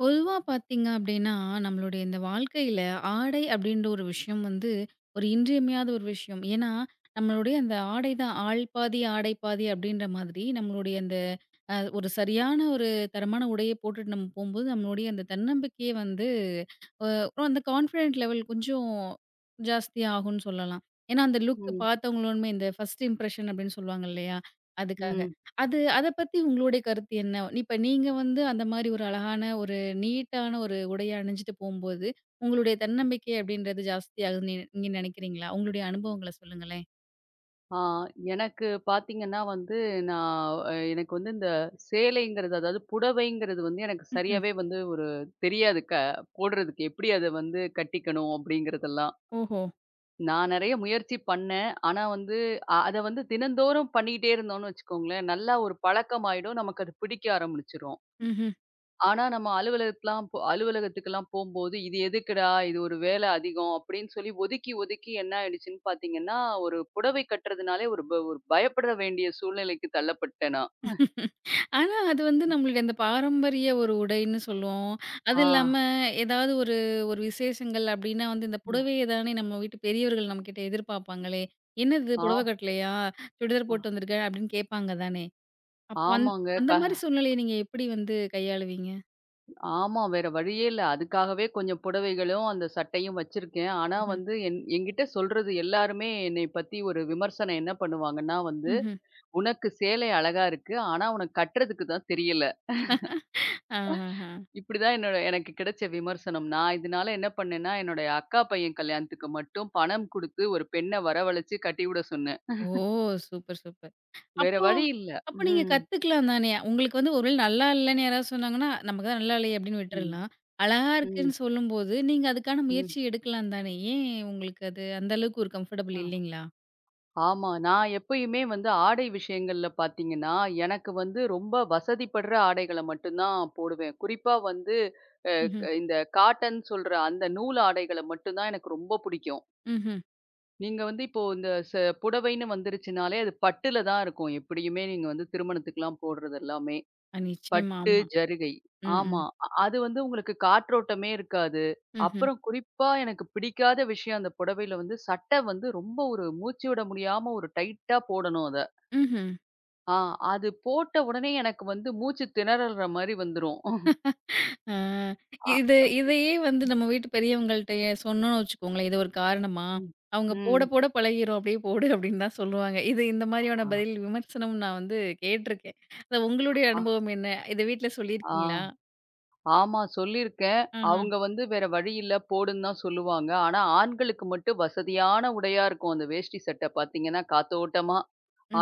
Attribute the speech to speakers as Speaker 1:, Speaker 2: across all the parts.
Speaker 1: பொதுவா பார்த்தீங்க அப்டின்னா, நம்மளுடைய இந்த வாழ்க்கையில ஆடை அப்டின்ற ஒரு விஷயம் வந்து ஒரு இன்றியமையாத ஒரு விஷயம். ஏன்னா, நம்மளுடைய அந்த ஆடை தான் ஆள் பாதி, ஆடை பாதி அப்டின்ற மாதிரி நம்மளுடைய அந்த ஒரு சரியான ஒரு தரமான உடைய போட்டுட்டு நம்ம போம்போது, நம்மளுடைய அந்த தன்னம்பிக்கையே வந்து அ அந்த கான்ஃபிடென்ட் லெவல் கொஞ்சம் ஜாஸ்தியா ஆகும்ன்னு சொல்லலாம். ஏன்னா, அந்த லுக்
Speaker 2: ம்,
Speaker 1: பார்த்தவங்களுமே இந்த ஃபர்ஸ்ட் இம்ப்ரஷன் அப்படின்னு சொல்லுவாங்க இல்லையா? அதுக்காக.
Speaker 2: ம்.
Speaker 1: அது அத பத்தி உங்களுடைய கருத்து என்ன? இப்ப நீங்க வந்து அந்த மாரி ஒரு அழகான ஒரு நீட்டான ஒரு உடைய அணிஞ்சுட்டு போம்போது, உங்களுடைய தன்னம்பிக்கை அப்படின்றது ஜாஸ்தி ஆகுதுன்னு நீங்க நெனைக்கிறீங்களா? உங்களுடைய அனுபவங்கள சொல்லுங்களேன்.
Speaker 2: ஆ எனக்கு பார்த்தீங்கன்னா வந்து, நான் அ எனக்கு வந்து இந்த சேலைங்கிறது, அதாவது புடவைங்கிறது வந்து எனக்கு சரியாவே வந்து ஒரு தெரியாது போடுறதுக்கு. எப்படி அத வந்து கட்டிக்கணும் அப்படிங்கிறதெல்லாம்.
Speaker 1: ஓஹோ!
Speaker 2: நான் நெறைய முயற்சி பண்ணேன். ஆனா வந்து அத வந்து தினந்தோறும் பண்ணிக்கிட்டே இருந்தோம்னு வச்சுக்கோங்களேன், நல்லா ஒரு பழக்கமாயிடும். நமக்கு அது பிடிக்க ஆரம்பிச்சுரும். ஆனா, நம்ம அலுவலகத்துலாம் போ அலுவலகத்துக்குலாம் போம்போது, "இது எதுக்குடா? இது ஒரு வேலை அதிகம்." அப்படின்னு சொல்லி ஒதுக்கி, ஒதுக்கி என்ன ஆயிடுச்சுன்னு பார்த்தீங்கன்னா, ஒரு புடவை கட்டுறதுனாலே ஒரு பயப்பட வேண்டிய சூழ்நிலைக்கு தள்ளப்பட்டேன் நான்.
Speaker 1: ஆனா, அது வந்து நம்மளுடைய அந்த பாரம்பரிய ஒரு உடைன்னு சொல்லுவோம். அது
Speaker 2: ஆ.
Speaker 1: இல்லாம ஏதாவது ஒரு ஒரு விசேஷங்கள் அப்டின்னா வந்து இந்த புடவைய தானே நம்ம வீட்டு பெரியவர்கள் நம்மகிட்ட எதிர்பார்ப்பாங்களே! "என்னது
Speaker 2: ஆ.
Speaker 1: புடவ கட்டலையா? சுடிதார்
Speaker 2: ஆ.
Speaker 1: போட்டு வந்திருக்க" அப்டின்னு கேட்பாங்க தானே! அப்போ
Speaker 2: ஆமாங்க.
Speaker 1: அந்த மாரி சூழ்நிலைய நீங்க எப்படி வந்து கையாளுவீங்க?
Speaker 2: ஆமா. வேற வழியே இல்ல. அதுக்காகவே கொஞ்சம் புடவைகளும், அந்த சட்டையும் வச்சிருக்கேன். ஆனா
Speaker 1: ம்ஹ்ம்.
Speaker 2: வந்து என்கிட்ட சொல்றது எல்லாருமே என்னைய பத்தி ஒரு விமர்சனம் என்ன பண்ணுவாங்கன்னா வந்து,
Speaker 1: ம்ஹ்ம்.
Speaker 2: "உனக்கு சேலை அழகா இருக்கு. ஆனா, உனக்கு கட்டுறதுக்கு தான் தெரியல."
Speaker 1: ஆஹஹ.
Speaker 2: இப்படிதான் என்னோட எனக்கு கிடைச்ச விமர்சனம். நான் இதனால என்ன பண்ணேன்னா, என்னோட அக்கா பையன் கல்யாணத்துக்கு மட்டும் பணம் குடுத்து ஒரு பெண்ண வரவழைச்சு கட்டிவிட சொன்னேன்.
Speaker 1: ஓ! Super, super.
Speaker 2: வேற
Speaker 1: அப்போ
Speaker 2: வழி இல்ல.
Speaker 1: அப்போ நீங்க
Speaker 2: ம்.
Speaker 1: கத்துக்கலாம் தானே! உங்களுக்கு வந்து ஒரு வேள நல்லா இல்லன்னு யாராவது சொன்னாங்கன்னா, நமக்கு தான் நல்லா இல்லையே அப்படின்னு
Speaker 2: ம்.
Speaker 1: விட்டுறலாம். அழகா
Speaker 2: ம்.
Speaker 1: இருக்குன்னு சொல்லும்போது, நீங்க அதுக்கான
Speaker 2: ம்.
Speaker 1: முயற்சி எடுக்கலாம் தானே! ஏன் உங்களுக்கு அது அந்த அளவுக்கு ஒரு கம்ஃபர்டபுள்
Speaker 2: ஆ.
Speaker 1: இல்லைங்களா?
Speaker 2: ஆமா. நான் எப்பயுமே வந்து ஆடை விஷயங்கள்ல பார்த்தீங்கன்னா, எனக்கு வந்து ரொம்ப வசதிப்படுற ஆடைகள மட்டும் தான் போடுவேன். குறிப்பா வந்து அ
Speaker 1: ம்ஹ்ம்.
Speaker 2: க இந்த காட்டன் சொல்ற அந்த நூல் ஆடைகள மட்டும் தான் எனக்கு ரொம்ப புடிக்கும்.
Speaker 1: ம்ஹ்ம்.
Speaker 2: நீங்க வந்து இப்போ இந்த புடவைன்னு வந்துருச்சுனாலே, அது பட்டுல தான் இருக்கும். எப்படியுமே நீங்க வந்து திருமணத்துக்குலாம் போடுறது எல்லாமே.
Speaker 1: அ நிச்சயமா.
Speaker 2: பட்டு,
Speaker 1: ஆமா.
Speaker 2: ஜருகை.
Speaker 1: ம்,
Speaker 2: ஆமா.
Speaker 1: ம்.
Speaker 2: அது வந்து உங்களுக்கு காற்றோட்டமே இருக்காது.
Speaker 1: ம்ஹ்ம்.
Speaker 2: அப்புறம் குறிப்பா எனக்கு பிடிக்காத விஷயம் அந்த புடவையில வந்து சட்டை வந்து ரொம்ப ஒரு மூச்சு விட முடியாம ஒரு டைட்டா போடணும் அத.
Speaker 1: ம்ஹ்ம்.
Speaker 2: ஆ அது போட்ட உடனே எனக்கு வந்து மூச்சு திணறல்ற மாரி வந்துரும்.
Speaker 1: ஆ,
Speaker 2: அ
Speaker 1: இது இதையே வந்து நம்ம வீட்டு பெரியவங்கள்ட்ட ஏன் சொன்னோம்னு வச்சுக்கோங்களேன், இது ஒரு காரணமா?
Speaker 2: ம்.
Speaker 1: அவங்க போட
Speaker 2: ம்.
Speaker 1: போட பழகிரும் அப்படியே போடு அப்படின்னு தான் சொல்லுவாங்க. இது இந்த மாதிரியான
Speaker 2: ஆ.
Speaker 1: பதில் விமர்சனம் நான் வந்து கேட்டுருக்கேன். அது உங்களுடைய
Speaker 2: ஆ.
Speaker 1: அனுபவம் என்ன? இத வீட்ல சொல்லியிருக்கீங்களா?
Speaker 2: ஆ. ஆமா சொல்லியிருக்கேன்.
Speaker 1: ஆஹ.
Speaker 2: அவங்க வந்து வேற வழி இல்ல போடுன்னு தான் சொல்லுவாங்க. ஆனா, ஆண்களுக்கு மட்டும் வசதியான உடையா இருக்கும் அந்த வேஷ்டி சட்டை பார்த்தீங்கன்னா, காத்தோட்டமா.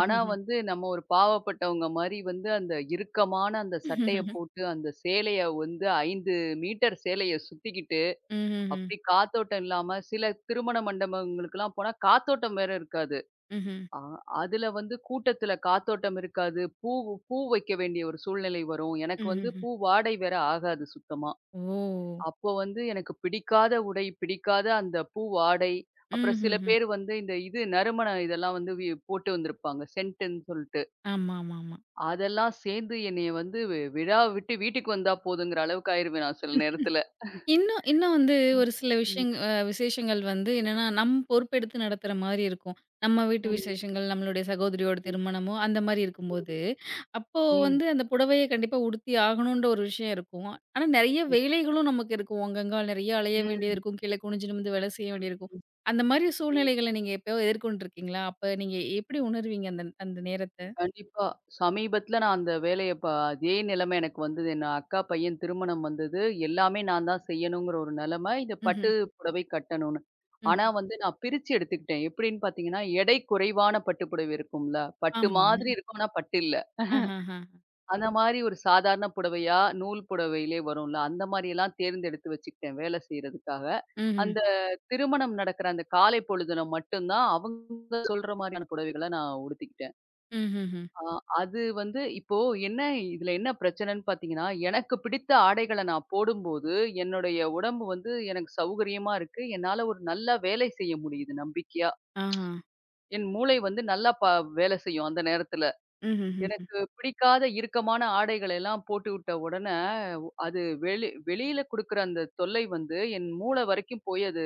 Speaker 2: ஆனா வந்து நம்ம ஒரு பாவப்பட்டவங்க மாரி வந்து அந்த இறுக்கமான அந்த சட்டைய
Speaker 1: ம்ஹ்ஹ்ம்.
Speaker 2: போட்டு, அந்த சேலைய வந்து 5 மீட்டர் சேலைய சுத்திக்கிட்டு,
Speaker 1: ம்ஹ்ம்.
Speaker 2: அப்படி காத்தோட்டம் இல்லாம சில திருமண மண்டபங்களுக்கெல்லாம் போனா காத்தோட்டம் வேற இருக்காது. அ அதுல வந்து கூட்டத்துல காத்தோட்டம் இருக்காது. பூ பூ வைக்க வேண்டிய ஒரு சூழ்நிலை வரும். எனக்கு வந்து
Speaker 1: ம்ஹ்ஹ்ம்.
Speaker 2: பூ வாடை வேற ஆகாது சுத்தமா.
Speaker 1: ஓ!
Speaker 2: அப்போ வந்து எனக்கு பிடிக்காத உடை, பிடிக்காத அந்த பூ ஆடை, அப்புறம் சில
Speaker 1: ம்ஹ்ஹ்ம்.
Speaker 2: பேர் வந்து இந்த இது நறுமண இதெல்லாம் வந்து போட்டு வந்திருப்பாங்க. சென்ட்டுன்னு சொல்ட்டு.
Speaker 1: ஆமாமாமா.
Speaker 2: அதெல்லாம் சேர்ந்து என்னைய வந்து விழா விட்டு வீட்டுக்கு வந்தா போதுங்கிற அளவுக்கு ஆயிருவேன் நான் சில நேரத்துல.
Speaker 1: இன்னும் இன்னும் வந்து ஒரு சில
Speaker 2: ம்.
Speaker 1: விஷயங் அ விசேஷங்கள் வந்து என்னன்னா, நம் பொறுப்பெடுத்து நடத்துற மாரி இருக்கும். நம்ம வீட்டு
Speaker 2: ம்.
Speaker 1: விசேஷங்கள், நம்மளுடைய சகோதரியோட
Speaker 2: ம்.
Speaker 1: திருமணமோ, அந்த மாரி
Speaker 2: ம்.
Speaker 1: இருக்கும்போது, அப்போ
Speaker 2: ம்.
Speaker 1: வந்து அந்த புடவைய கண்டிப்பா உடுத்தி ஆகணுன்ற ஒரு விஷயம் இருக்கும். ஆனா, நெறைய வேலைகளும் நமக்கு இருக்கும். அங்கங்க நெறைய அலைய வேண்டியது
Speaker 2: ம்.
Speaker 1: இருக்கும். கீழ குனிஞ்சு நிமிந்து வேலை செய்ய வேண்டியிருக்கும். அந்த மாரி
Speaker 2: ம்.
Speaker 1: சூழ்நிலைகள நீங்க எப்பயோ எதிர்கொண்டிருக்கீங்களா? அப்ப நீங்க எப்படி உணர்வீங்க அந்த அந்த நேரத்த?
Speaker 2: கண்டிப்பா. சமீபத்தில நான் அந்த வேலைய ப அதே நிலைமை எனக்கு வந்தது. என்ன அக்கா பையன் திருமணம் வந்தது. எல்லாமே நான் தான் செய்யணுங்கிற ஒரு நிலைமை. இந்த பட்டு
Speaker 1: ம்ஹ்ம்.
Speaker 2: புடவை கட்டணும்னு. ஆனா
Speaker 1: ம்.
Speaker 2: வந்து நான் பிரிச்சு எடுத்துக்கிட்டேன். எப்படின்னு பார்த்தீங்கன்னா, எடை குறைவான பட்டு புடவை இருக்கும்ல. பட்டு
Speaker 1: ஆமா.
Speaker 2: மாதிரி ம். இருக்கும். ஆனா பட்டு இல்ல.
Speaker 1: ஆஹஹஹ.
Speaker 2: அந்த மாரி ஒரு சாதாரண புடவையா, நூல் புடவையிலே வரும்ல. அந்த மாரியெல்லாம் தேர்ந்தெடுத்து வச்சுக்கிட்டேன் வேலை செய்றதுக்காக.
Speaker 1: ம்ஹ்ம்.
Speaker 2: அந்த திருமணம் நடக்கிற அந்த காலை பொழுதுல மட்டும் தான் அவங்க சொல்ற மாரியான புடவைகள நான் உடுத்திக்கிட்டேன்.
Speaker 1: ம்ஹ்ஹும்.
Speaker 2: ஆ அது வந்து இப்போ என்ன இதுல என்ன பிரச்சனைன்னு பார்த்தீங்கன்னா, எனக்கு பிடித்த ஆடைகள நான் போடும்போது, என்னுடைய உடம்பு வந்து எனக்கு சௌகரியமா இருக்கு. என்னால ஒரு நல்லா வேலை செய்ய முடியுது நம்பிக்கையா.
Speaker 1: ஆஹா.
Speaker 2: என் மூளை வந்து நல்லா வேலை செய்யும் அந்த நேரத்துல.
Speaker 1: ம்ஹ்ஹும்.
Speaker 2: எனக்கு பிடிக்காத இறுக்கமான ஆடைகள எல்லாம் போட்டுவிட்ட உடனே, அது வெளியில குடுக்குற அந்த தொல்லை வந்து என் மூளை வரைக்கும் போய் அது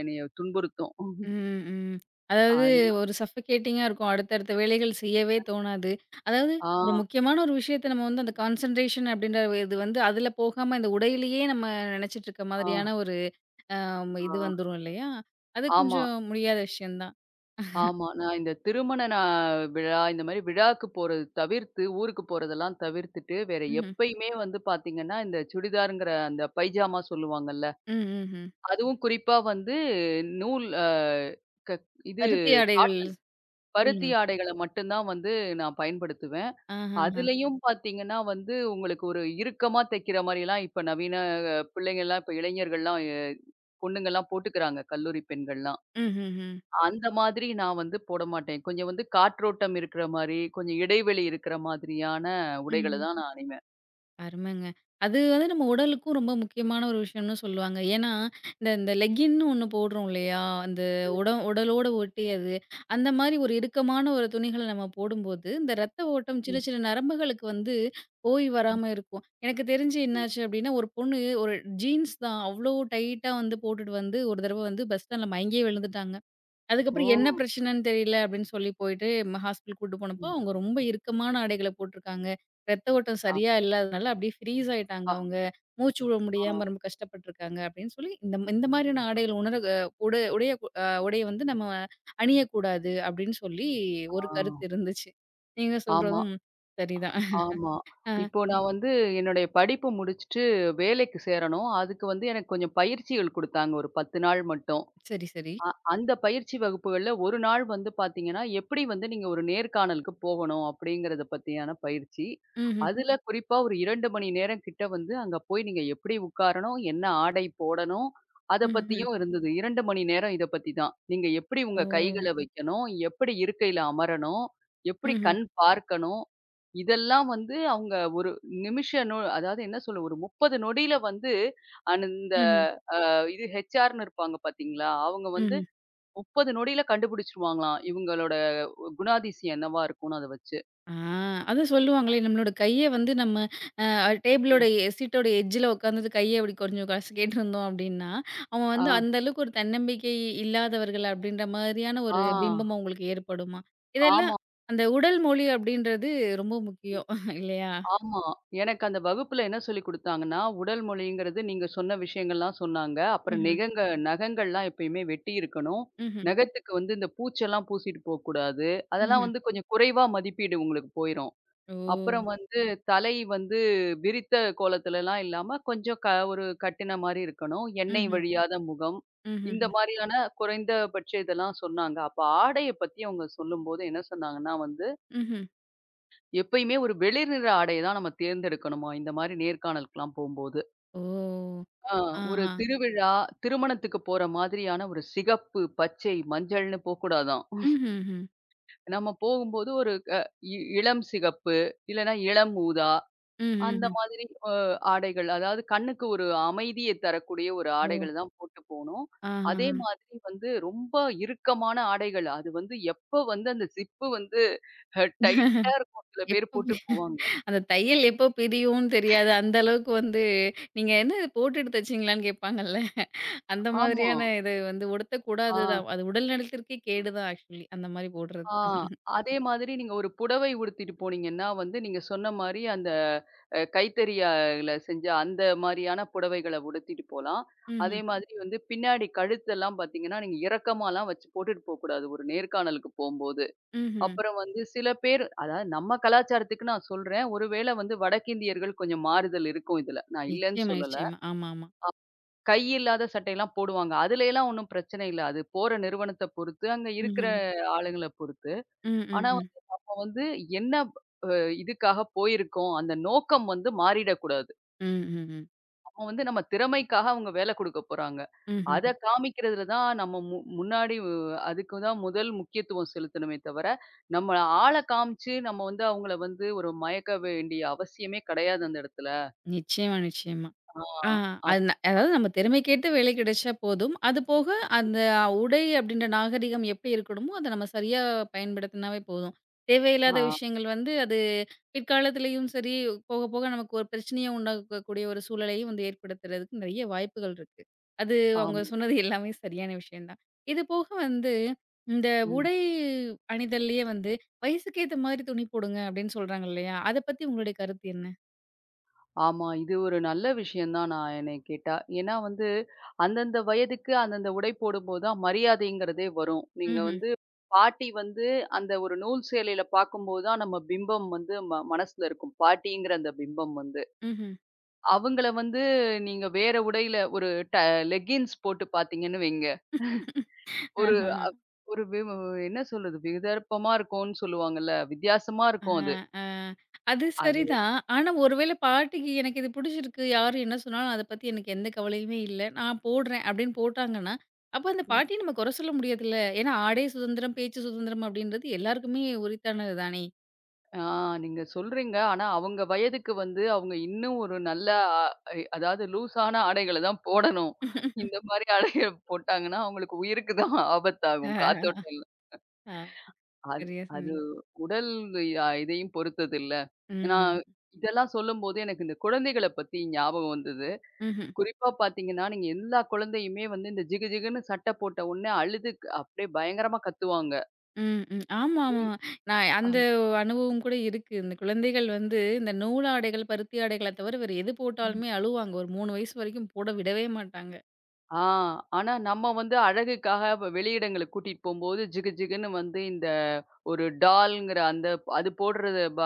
Speaker 2: என்னைய துன்புறுத்தும்.
Speaker 1: ம், ம். அதாவது
Speaker 2: அது
Speaker 1: ஒரு சஃபகேட்டிங்கா இருக்கும். அடுத்தடுத்த வேலைகள் செய்யவே தோணாது. அதாவது
Speaker 2: ஆ,
Speaker 1: ஒரு முக்கியமான ஒரு விஷயத்த நம்ம வந்து அந்த கான்சன்ட்ரேஷன் அப்படின்ற இது வந்து அதில போகாம இந்த உடையிலேயே நம்ம நினைச்சிட்டு இருக்க
Speaker 2: ஆ,
Speaker 1: மாதிரியான ஒரு அம்
Speaker 2: ஆ.
Speaker 1: இது வந்துரும் இல்லையா? அது
Speaker 2: ஆமா.
Speaker 1: கொஞ்சம் முடியாத விஷயம் தான்.
Speaker 2: ஆமா. நான் இந்த திருமண நா விழா, இந்த மாரி விழாக்கு போறது தவிர்த்து, ஊருக்கு போறதெல்லாம் தவிர்த்துட்டு, வேற
Speaker 1: ம்ஹ்ம்.
Speaker 2: எப்பயுமே வந்து பாத்தீங்கன்னா, இந்த சுடிதாருங்கிற அந்த பைஜாமா சொல்லுவாங்கல்ல,
Speaker 1: ம், ம்ஹ்ம்.
Speaker 2: அதுவும் குறிப்பா வந்து நூல் அ க இது
Speaker 1: பருத்தி ஆடைகள்.
Speaker 2: காட்டன் பருத்தி
Speaker 1: சொல்லுங்க.
Speaker 2: ஆடைகள மட்டும் தான் வந்து நான் பயன்படுத்துவேன்.
Speaker 1: ஆஹஹ.
Speaker 2: அதுலயும் பாத்தீங்கன்னா வந்து, உங்களுக்கு ஒரு இறுக்கமா தைக்கிற மாரிலாம் இப்ப நவீன பிள்ளைங்கலாம் இப்ப இளைஞர்கள்லாம், பொண்ணுங்கலாம் போட்டுக்கிறாங்க, கல்லூரி பெண்கள்லாம்.
Speaker 1: ம்ஹ்ஹ்ம்.
Speaker 2: அந்த மாதிரி நான் வந்து போட மாட்டேன். கொஞ்சம் வந்து காற்றோட்டம் இருக்கிற மாரி, கொஞ்சம் இடைவெளி இருக்கிற மாதிரியான உடைகள
Speaker 1: ம்ஹ்ம்.
Speaker 2: தான் நான் அணிவேன்.
Speaker 1: அருமைங்க. அது வந்து நம்ம உடலுக்கும் ரொம்ப முக்கியமான ஒரு விஷயம்னு சொல்லுவாங்க. ஏன்னா, இந்த இந்த லெகின்னு ஒண்ணு போடுறோம் இல்லையா? அந்த
Speaker 2: ம்,
Speaker 1: உடலோட ஒட்டியது. அந்த மாரி ஒரு இறுக்கமான ஒரு துணிகள நம்ம போடும்போது, இந்த ரத்த ஓட்டம்
Speaker 2: ம்,
Speaker 1: சின்ன சின்ன நரம்புகளுக்கு வந்து போய் வராம இருக்கும். எனக்கு தெரிஞ்சு
Speaker 2: ம்.
Speaker 1: என்னாச்சு அப்டின்னா, ஒரு பொண்ணு ஒரு ஜீன்ஸ் தான் அவ்ளோ டைட்டா வந்து போட்டுட்டு வந்து ஒரு தடவ வந்து பஸ் ஸ்டாண்ட்ல மயங்கியே விழுந்துட்டாங்க.
Speaker 2: ஓ!
Speaker 1: அதுக்கப்புறம் என்ன பிரச்சனன்னு தெரியல அப்படின்னு சொல்லி போயிட்டு ஹாஸ்பிட்டல் கூட்டு போனப்போ,
Speaker 2: ம்.
Speaker 1: அவங்க ரொம்ப இறுக்கமான ஆடைகள போட்டுருக்காங்க. ரத்த ஓட்டம் சரியா இல்லாதனால அப்படியே ஃப்ரீஸ் ஆயிட்டாங்க
Speaker 2: அப்பா!
Speaker 1: அவங்க. மூச்சு விட
Speaker 2: ஆ,
Speaker 1: முடியாம ரொம்ப கஷ்டப்பட்டுருக்காங்க அப்படின்னு சொல்லி, இந்த இந்த மாதிரியான ஆடைகள் உணர அ உடை உடைய அ உடைய வந்து நம்ம அணியக்கூடாது அப்படின்னு சொல்லி ஒரு
Speaker 2: ஆ.
Speaker 1: கருத்து இருந்துச்சு. நீங்க
Speaker 2: ஆமா,
Speaker 1: சொல்றதும் சரிதான்.
Speaker 2: ஆமா.
Speaker 1: ஆ
Speaker 2: இப்போ நான் வந்து என்னுடைய படிப்பு முடிச்சுட்டு வேலைக்கு சேரணும். அதுக்கு வந்து எனக்கு கொஞ்சம் பயிற்சிகள் குடுத்தாங்க ஒரு 10 நாள் மட்டும்.
Speaker 1: சரி, சரி.
Speaker 2: அந்த பயிற்சி வகுப்புகள்ல ஒரு நாள் வந்து பார்த்தீங்கன்னா, எப்படி வந்து நீங்க ஒரு நேர்காணலுக்கு போகணும் அப்படிங்கிறத பத்தியான பயிற்சி.
Speaker 1: ம்ஹ்ம்.
Speaker 2: அதுல குறிப்பா ஒரு 2 மணி நேரம் கிட்ட வந்து அங்க போய் நீங்க எப்படி உட்காரணும்? என்ன ஆடை போடணும்? அத
Speaker 1: ம்ஹ்ம்.
Speaker 2: பத்தியும் இருந்தது. 2 மணி நேரம் இத பத்தி தான். நீங்க எப்படி
Speaker 1: ஓ!
Speaker 2: உங்க கைகள வைக்கணும்? எப்படி இருக்கையில அமரணும்? எப்படி
Speaker 1: ம்ஹ்ம்.
Speaker 2: கண் பார்க்கணும்? இதெல்லாம் வந்து அவங்க ஒரு நிமிஷ நொ அதாவது என்ன சொல்ல ஒரு 30 நொடியில வந்து அந்த இந்த
Speaker 1: ம்ஹ்ம்.
Speaker 2: இது ஹெச்ஆர்ன்னு இருப்பாங்க பார்த்தீங்களா? அவங்க வந்து
Speaker 1: ம்ஹ்ம்.
Speaker 2: 30 நொடியில கண்டுபிடிச்சுருவாங்களாம். இவங்களோட குணாதிசயம் என்னவா இருக்கும்னு அத வச்சு.
Speaker 1: ஆ, அதான் சொல்லுவாங்களே, நம்மளோட கைய வந்து நம்ம அ டேபிளோட
Speaker 2: ம்.
Speaker 1: எ சீட்டோட எட்ஜ்ல உட்காந்துட்டு கைய இப்டி கொஞ்சம் கசக்கிட்டு இருந்தோம் அப்டின்னா, அவன் வந்து
Speaker 2: ஆ,
Speaker 1: அந்த அளவுக்கு ஒரு தன்னம்பிக்கை இல்லாதவர்கள் அப்டின்ற மாரியான
Speaker 2: ஆ,
Speaker 1: ஒரு பிம்பம் உங்களுக்கு ஏற்படுமா? இதெல்லாம்
Speaker 2: ஆமா,
Speaker 1: அந்த உடல் மொழி அப்டின்றது ரொம்ப முக்கியம் இல்லையா?
Speaker 2: ஆமா. எனக்கு அந்த வகுப்புல என்ன சொல்லிக் குடுத்தாங்கன்னா, உடல் மொழிங்கிறது நீங்க சொன்ன விஷயங்கள்லாம் சொன்னாங்க. அப்புறம்
Speaker 1: ம்ஹ்ம்,
Speaker 2: நகங்கள்லாம் எப்பயுமே வெட்டி இருக்கணும்.
Speaker 1: ம்ஹ்ம்,
Speaker 2: நகத்துக்கு வந்து இந்த பூச்செல்லாம் பூசிட்டு போக்கூடாது. அதெல்லாம்
Speaker 1: ம்ஹ்ம்.
Speaker 2: வந்து கொஞ்சம் குறைவா மதிப்பீடு உங்களுக்கு போயிரும்.
Speaker 1: ஓ!
Speaker 2: அப்புறம் வந்து தலை வந்து விரித்த கோலத்துலலாம் இல்லாம, கொஞ்சம் ஒரு கட்டின மாரி இருக்கணும். எண்ணெய்
Speaker 1: ம்ஹ்ம்,
Speaker 2: வழியாத முகம். இந்த
Speaker 1: ம்ஹ்ம்,
Speaker 2: மாரியான குறைந்தபட்ச இதெல்லாம் சொன்னாங்க. அப்ப ஆடைய பத்தி அவங்க சொல்லும்போது என்ன சொன்னாங்கன்னா வந்து,
Speaker 1: ம்ஹ்ம்.
Speaker 2: எப்பயுமே ஒரு வெளிர் நிற ஆடைய தான் நம்ம தேர்ந்தெடுக்கணுமா, இந்த மாரி நேர்காணலுக்குலாம் போம்போது.
Speaker 1: ஓ!
Speaker 2: ஆ ஒரு
Speaker 1: ஆஹா.
Speaker 2: திருவிழா, திருமணத்துக்கு போற மாதிரியான ஒரு சிகப்பு, பச்சை, மஞ்சள்னு போக்கூடாதாம்.
Speaker 1: ம்ஹ்ஹ்ம்.
Speaker 2: நம்ம போகும்போது ஒரு அ இ இளம் சிகப்பு, இல்லன்னா இளம் ஊதா
Speaker 1: ம்,
Speaker 2: அந்த
Speaker 1: ம்ஹ்ம்.
Speaker 2: மாதிரி அ ஆடைகள். அதாவது கண்ணுக்கு ஒரு அமைதிய தரக்கூடிய ஒரு
Speaker 1: ஓ!
Speaker 2: ஆடைகள் தான் போட்டு போனோம். அதே
Speaker 1: ஆஹாஹா.
Speaker 2: மாதிரி வந்து ரொம்ப இறுக்கமான ஆடைகள். அது வந்து எப்ப வந்து அந்த ஜிப்பு வந்து டைட்டா இருக்கும். சில பேர்
Speaker 1: எப்ப
Speaker 2: போட்டு போவாங்க.
Speaker 1: அந்த தையல் எப்போ பிரியும்னு தெரியாது. அந்த அளவுக்கு வந்து நீங்க என்ன இது போட்டுட்டு தச்சீங்களான்னு கேட்பாங்கல்ல. அந்த
Speaker 2: ஆமா.
Speaker 1: மாதிரியான இது வந்து உடுத்தக்கூடாது
Speaker 2: ஆ.
Speaker 1: தான். அது உடல் நலத்திற்கே கேடு தான் ஆக்சுவலி. அந்த மாரி போடுறது.
Speaker 2: ஆ. அதே மாதிரி நீங்க ஒரு புடவை உடுத்திட்டு போனீங்கன்னா வந்து, நீங்க சொன்ன மாரி அந்த கைத்தறியால செஞ்ச அந்த மாரியான புடவைகள உடுத்திட்டு போலாம்.
Speaker 1: ம்ஹ்ம்.
Speaker 2: அதே மாதிரி வந்து பின்னாடி கழுத்தெல்லாம் பார்த்தீங்கன்னா, நீங்க இறக்கமாலாம் வச்சு போட்டுட்டு போக்கூடாது, ஒரு நேர்காணலுக்கு போம்போது.
Speaker 1: ம்ஹ்ம்.
Speaker 2: அப்புறம் வந்து சில பேர் அதாவது நம்ம கலாச்சாரத்துக்கு நான் சொல்றேன். ஒருவேளை வந்து வடக்கிந்தியர்கள் கொஞ்சம் மாறுதல் இருக்கும் இதுல. நான் இல்லன்னு
Speaker 1: நிச்சயமா,
Speaker 2: சொல்லல.
Speaker 1: நிச்சயமா. ஆமாமா.
Speaker 2: கை இல்லாத சட்டையெல்லாம் போடுவாங்க. அதுலயெல்லாம் ஒண்ணும் பிரச்சனை இல்ல. அது போற நிறுவனத்த பொறுத்து, அங்க இருக்கிற
Speaker 1: ம்ஹ்ம்.
Speaker 2: ஆளுங்கள பொறுத்து.
Speaker 1: ம், ம்,
Speaker 2: ஆனா
Speaker 1: ம்.
Speaker 2: வந்து என்ன அ இதுக்காக போயிருக்கோம், அந்த நோக்கம் வந்து மாறிடக்கூடாது.
Speaker 1: ம், ம், ம்.
Speaker 2: நம்ம வந்து நம்ம திறமைக்காக அவங்க வேலை குடுக்க போறாங்க. அத
Speaker 1: ம்ஹ்ம்.
Speaker 2: காமிக்கிறதுல தான் நம்ம முன்னாடி அதுக்கு தான் முதல் முக்கியத்துவம் செலுத்தணுமே தவிர, நம்ம ஆள காமிச்சு நம்ம வந்து அவங்கள வந்து ஒரு மயக்க வேண்டிய அவசியமே கிடையாது அந்த இடத்துல.
Speaker 1: நிச்சயமா, நிச்சயமா.
Speaker 2: ஆ,
Speaker 1: ஆ அது
Speaker 2: அப்
Speaker 1: ந அதாவது நம்ம திறமைக்கேத்த வேலை கிடைச்சா போதும். அது போக அந்த உடை அப்படின்ற நாகரிகம் எப்படி இருக்கணுமோ, அத நம்ம சரியா பயன்படுத்தினாவே போதும்.
Speaker 2: ஆ,
Speaker 1: தேவையில்லாத விஷயங்கள் வந்து அது பிற்காலத்திலயும் சரி, போக போக நமக்கு ஒரு பிரச்சனைய உண்டாக்கக்கூடிய ஒரு சூழலையும் வந்து ஏற்படுத்துறதுக்கு நெறைய வாய்ப்புகள் இருக்கு. அது அவங்க
Speaker 2: ஆமா.
Speaker 1: சொன்னது எல்லாமே சரியான விஷயம் தான். இது போக வந்து இந்த
Speaker 2: ம்.
Speaker 1: உடை அணிதல்லயே வந்து வயசுக்கு ஏத்த மாரி துணி போடுங்க அப்படின்னு சொல்றாங்க இல்லையா? அத பத்தி உங்களுடைய கருத்து என்ன?
Speaker 2: ஆமா. இது ஒரு நல்ல விஷயம் தான் நான் என்னைய கேட்டா. ஏன்னா வந்து, அந்தந்த வயதுக்கு அந்தந்த உடை போடும்போது தான் மரியாதைங்கிறதே வரும். நீங்க
Speaker 1: ம்ஹ்ம்,
Speaker 2: வந்து பாட்டி வந்து அந்த ஒரு நூல் சேலையில பார்க்கும்போது தான் நம்ம பிம்பம் வந்து மனசுல இருக்கும். பாட்டிங்கிற அந்த பிம்பம் வந்து. அவங்கள வந்து நீங்க வேற உடையில ஒரு ட லெக்கின்ஸ் போட்டு பார்த்தீங்கன்னு வைங்க. ஒரு
Speaker 1: ம்ஹ்ம்.
Speaker 2: ஒரு வி என்ன சொல்றது? விதர்ப்பமா இருக்கும்னு சொல்லுவாங்கல்ல. வித்தியாசமா
Speaker 1: அ,
Speaker 2: இருக்கும் அது.
Speaker 1: அ. அது
Speaker 2: அது
Speaker 1: சரிதான். ஆனா ஒருவேள பாட்டிக்கு எனக்கு இது பிடிச்சிருக்கு, யாரு என்ன சொன்னாலும் அத பத்தி எனக்கு எந்த கவலையுமே இல்ல. நான் போடுறேன் அப்படின்னு போட்டாங்கன்னா, அப்ப அந்த பாட்டிய நம்ம குறை சொல்ல முடியாதுல்ல. ஏன்னா ஆடை சுதந்திரம், பேச்சு சுதந்திரம் அப்படின்றது எல்லாருக்குமே உரித்தானது தானே.
Speaker 2: ஆ நீங்க சொல்றீங்க. ஆனா, அவங்க வயதுக்கு வந்து அவங்க இன்னும் ஒரு நல்ல அ ஐ அதாவது லூஸான ஆடைகள தான் போடணும். இந்த மாரி ஆடைய போட்டாங்கன்னா, அவங்களுக்கு உயிருக்கு தான்
Speaker 1: ஆ,
Speaker 2: ஆபத்தாகும். காத்தோட்டம் இல்ல.
Speaker 1: ஆ.
Speaker 2: அது
Speaker 1: சரியா
Speaker 2: அது
Speaker 1: சொன்னீங்க.
Speaker 2: உடல் இதையும் பொறுத்தது இல்ல. ஏன்னா,
Speaker 1: ம்.
Speaker 2: இதெல்லாம் சொல்லும்போது எனக்கு இந்த குழந்தைகள பத்தி ஞாபகம் வந்தது.
Speaker 1: ம்ஹ்ம்.
Speaker 2: குறிப்பா பார்த்தீங்கன்னா, நீங்க எல்லா குழந்தையுமே வந்து இந்த ஜிகு ஜிகுன்னு சட்ட போட்ட உடனே அழுது அப்படியே பயங்கரமா கத்துவாங்க.
Speaker 1: ம், ம். ஆமாமா. நான் அந்த அனுபவம் கூட இருக்கு. இந்த குழந்தைகள் வந்து இந்த நூலாடைகள், பருத்தி ஆடைகள தவிர வேற எது
Speaker 2: நீ
Speaker 1: போட்டாலுமே அழுவாங்க. ஒரு 3 வயசு வரைக்கும் போட விடவே மாட்டாங்க.
Speaker 2: ஆ. ஆனா நம்ம வந்து அழகுக்காக வெளியிடங்களுக்கு கூட்டிட்டு போம்போது, ஜிகு ஜிகுன்னு வந்து இந்த ஒரு டால்ங்கிற அந்த அது போடுறது ப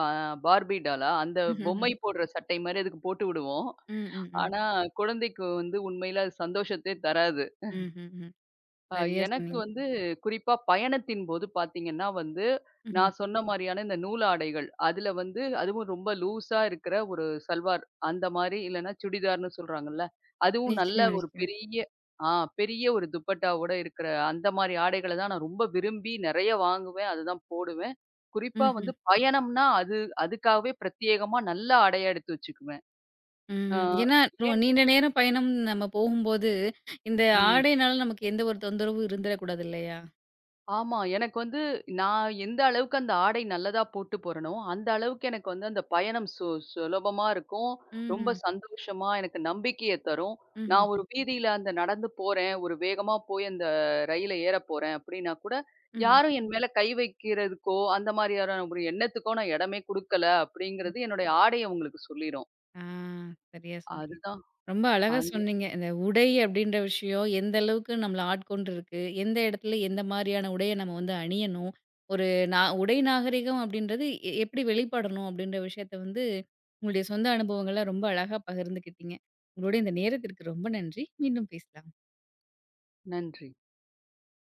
Speaker 2: அ பார்பி டாலா? அந்த பொம்மை போடுற சட்டை மாரி அதுக்கு போட்டு விடுவோம்.
Speaker 1: ம், ம், ம்.
Speaker 2: ஆனா, குழந்தைக்கு வந்து உண்மையில அது சந்தோஷத்தையே தராது.
Speaker 1: ம்ஹ்ம், ம்.
Speaker 2: அ
Speaker 1: சரியா
Speaker 2: எனக்கு
Speaker 1: சொன்னீங்க.
Speaker 2: வந்து குறிப்பா பயணத்தின் போது பார்த்தீங்கன்னா வந்து,
Speaker 1: ம்ஹ்ம்.
Speaker 2: நான் சொன்ன மாரியான இந்த நூலாடைகள். அதுல வந்து அதுவும் ரொம்ப லூஸா இருக்கிற ஒரு சல்வார் அந்த மாரி இல்லன்னா சுடிதார்ன்னு சொல்றாங்கல்ல. அதுவும் நல்ல
Speaker 1: நிச்சயமா,
Speaker 2: ஒரு
Speaker 1: நிச்சயமா.
Speaker 2: பெரிய ஆ பெரிய ஒரு துப்பட்டாவோட இருக்கிற அந்த மாரி ஆடைகள தான் நான் ரொம்ப விரும்பி நெறைய வாங்குவேன். அதுதான் போடுவேன். குறிப்பா
Speaker 1: ம்ஹ்ம்.
Speaker 2: வந்து பயணம்னா அது அதுக்காகவே பிரத்யேகமா நல்ல ஆடையா எடுத்து வச்சுக்குவேன். ஆ
Speaker 1: ம். ஏன்னா
Speaker 2: ஏன்
Speaker 1: நீண்ட நேரம் பயணம் நம்ம போகும்போது, இந்த
Speaker 2: ம்.
Speaker 1: ஆடைனால நமக்கு எந்த ஒரு தொந்தரவும் இருந்துறக்கூடாது இல்லையா?
Speaker 2: ஆமா. எனக்கு வந்து நான் எந்த அளவுக்கு அந்த ஆடை நல்லதா போட்டு போறேனோ, அந்த அளவுக்கு எனக்கு வந்து அந்த பயணம் சுலபமா இருக்கும். ரொம்ப
Speaker 1: ம்ஹ்ம்.
Speaker 2: சந்தோஷமா எனக்கு நம்பிக்கைய தரும்.
Speaker 1: ம்ஹ்ம்.
Speaker 2: நான் ஒரு வீதியில அந்த நடந்து போறேன், ஒரு வேகமா போய் அந்த ரயில ஏற போறேன் அப்படின்னா கூட,
Speaker 1: ம்.
Speaker 2: யாரும் என் மேல கை வைக்கிறதுக்கோ, அந்த மாதிரியான ஒரு எண்ணத்துக்கோ நான் இடமே குடுக்கல அப்படிங்கிறது என்னுடைய ஆடை அவங்களுக்கு சொல்லிரும்.
Speaker 1: ஆ, சரியா சொன்னீங்க.
Speaker 2: அதுதான்.
Speaker 1: ரொம்ப அழகா
Speaker 2: அந்த
Speaker 1: சொன்னீங்க. இந்த உடை அப்படின்ற விஷயம் எந்த அளவுக்கு நம்மள ஆட்கொண்டிருக்கு. எந்த இடத்துல எந்த மாரியான உடைய நம்ம வந்து அணியணும். ஒரு உடை நாகரிகம் அப்படின்றது எப்படி வெளிப்படணும் அப்படின்ற விஷயத்த வந்து, உங்களுடைய சொந்த அனுபவங்கள ரொம்ப அழகா பகிர்ந்துக்கிட்டீங்க. உங்களுடைய இந்த நேரத்திற்கு ரொம்ப நன்றி. மீண்டும் பேசலாம்.
Speaker 2: நன்றி.